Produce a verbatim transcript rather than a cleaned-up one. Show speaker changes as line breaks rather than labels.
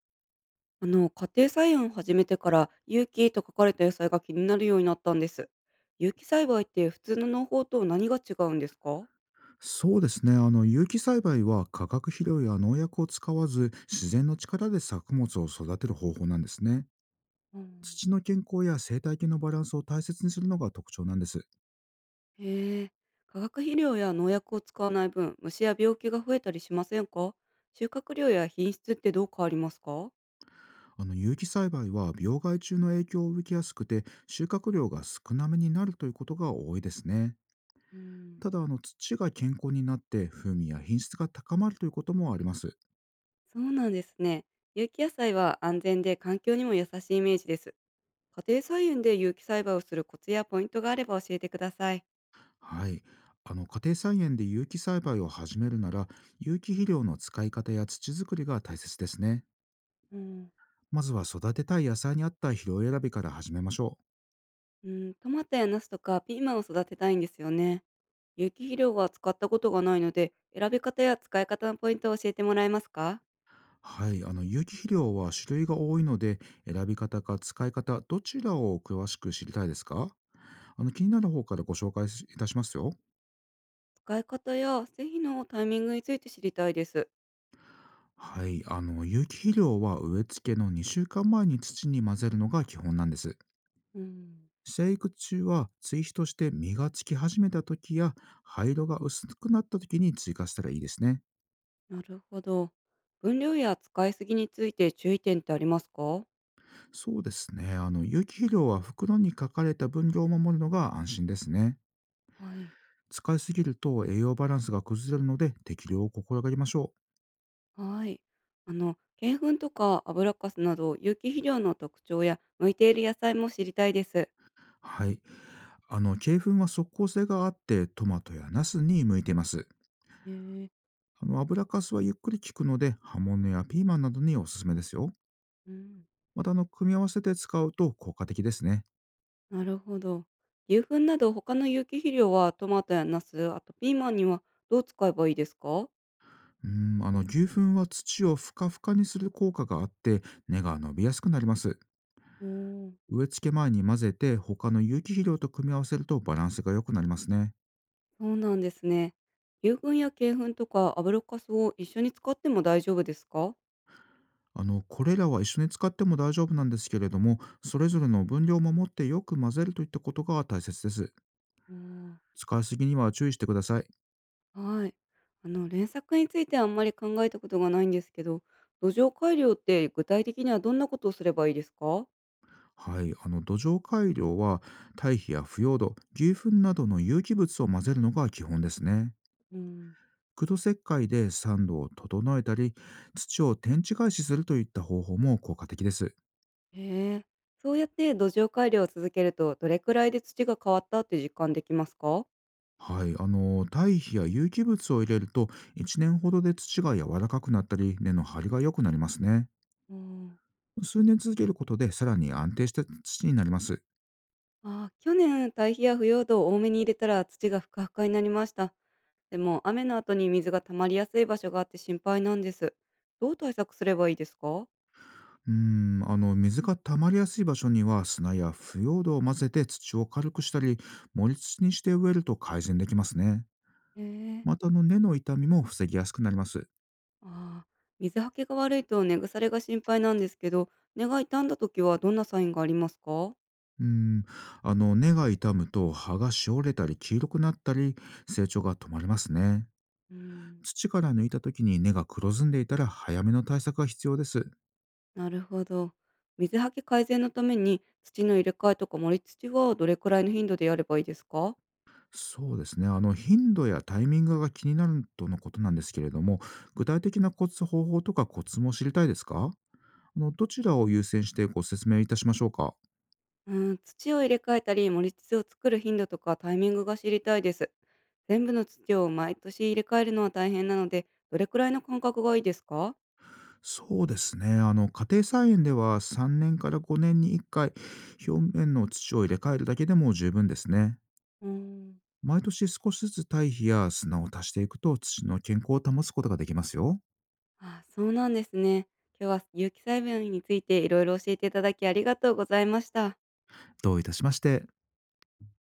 あの、家庭菜園を始めてから、有機と書かれた野菜が気になるようになったんです。有機栽培って普通の農法と何が違うんですか？
そうですね。あの有機栽培は化学肥料や農薬を使わず、自然の力で作物を育てる方法なんですね。
うん。
土の健康や生態系のバランスを大切にするのが特徴なんです。
へえ。化学肥料や農薬を使わない分、虫や病気が増えたりしませんか？収穫量や品質ってどう変わりますか？
あの有機栽培は病害虫の影響を受けやすくて、収穫量が少なめになるということが多いですね。
うん。
ただ、あの土が健康になって風味や品質が高まるということもあります。
そうなんですね。有機野菜は安全で環境にも優しいイメージです。家庭菜園で有機栽培をするコツやポイントがあれば教えてください。
はい。あの家庭菜園で有機栽培を始めるなら、有機肥料の使い方や土作りが大切ですね。
うん。
まずは育てたい野菜に合った肥料選びから始めましょう。
うん、トマトやナスとかピーマンを育てたいんですよね。有機肥料は使ったことがないので、選び方や使い方のポイントを教えてもらえますか？
はい、あの有機肥料は種類が多いので、選び方か使い方、どちらを詳しく知りたいですか？あの気になる方からご紹介いたしますよ。
使い方や施肥のタイミングについて知りたいです。
はい、あの有機肥料は植え付けのにしゅうかんまえに土に混ぜるのが基本なんです。
うん。
生育中は追肥として、実がつき始めた時や灰色が薄くなった時に追加したらいいですね。
なるほど。分量や使いすぎについて注意点ってありますか？
そうですね。あの、有機肥料は袋に書かれた分量を守るのが安心ですね。
はい。
使いすぎると栄養バランスが崩れるので、適量を心がけましょ
はい。あの、鶏粉とか油かすなど有機肥料の特徴や向いている野菜も知りたいです。
う。はい。あの、鶏粉は即効性があって、トマトやナスに向いています。
へえー。
あの、油かすはゆっくり効くので、葉物やピーマンなどにおすすめですよ。
うん。
また、あの、組み合わせて使うと効果的ですね。
なるほど。牛糞など他の有機肥料はトマトやナス、あとピーマンにはどう使えばいいですか？
うん、あの、牛糞は土をふかふかにする効果があって、根が伸びやすくなります。
うん、おー。
植え付け前に混ぜて他の有機肥料と組み合わせると、バランスが良くなりますね。
そうなんですね。牛糞や鶏糞とか油かすを一緒に使っても大丈夫ですか？
あのこれらは一緒に使っても大丈夫なんですけれども、それぞれの分量を守ってよく混ぜるといったことが大切です。
うん。
使いすぎには注意してください。
はい。あの、連作についてあんまり考えたことがないんですけど、土壌改良って具体的にはどんなことをすればいいですか？
はい、あの土壌改良は、堆肥や腐葉土、牛糞などの有機物を混ぜるのが基本ですね。
うん。
苦土石灰で酸度を整えたり、土を天地返しするといった方法も効果的です。
へえ。そうやって土壌改良を続けると、どれくらいで土が変わったって実感できますか？
はい、あの堆肥や有機物を入れると、いちねんほどで土が柔らかくなったり根の張りが良くなりますね。
うん。
数年続けることで、さらに安定した土になります。
ああ、去年、堆肥や腐葉土を多めに入れたら土がふかふかになりました。でも、雨の後に水が溜まりやすい場所があって心配なんです。どう対策すればいいですか？
うーんあの水が溜まりやすい場所には、砂や腐葉土を混ぜて土を軽くしたり、盛り土にして植えると改善できますね。
え
ま
え。
た、あの根の傷みも防ぎやすくなります。
ああ、水はけが悪いと根腐れが心配なんですけど、根が傷んだ時はどんなサインがありますか？
うーんあの根が傷むと葉がしおれたり黄色くなったり、成長が止まりますね。
うん。
土から抜いた時に根が黒ずんでいたら、早めの対策が必要です。
なるほど。水はけ改善のために土の入れ替えとか盛り土はどれくらいの頻度でやればいいですか？
そうですね。あの、頻度やタイミングが気になるとのことなんですけれども、具体的なコツ、方法とかコツも知りたいですか？あのどちらを優先してご説明いたしましょうか？
うん、土を入れ替えたり、盛り土を作る頻度とかタイミングが知りたいです。全部の土を毎年入れ替えるのは大変なので、どれくらいの間隔がいいですか？
そうですね。あの、家庭菜園ではさんねんからごねんにいっかい、表面の土を入れ替えるだけでも十分ですね。
うーん。
毎年少しずつ堆肥や砂を足していくと、土の健康を保つことができますよ。
あ、そうなんですね。今日は有機栽培についていろいろ教えていただきありがとうございました。
どういたしまして。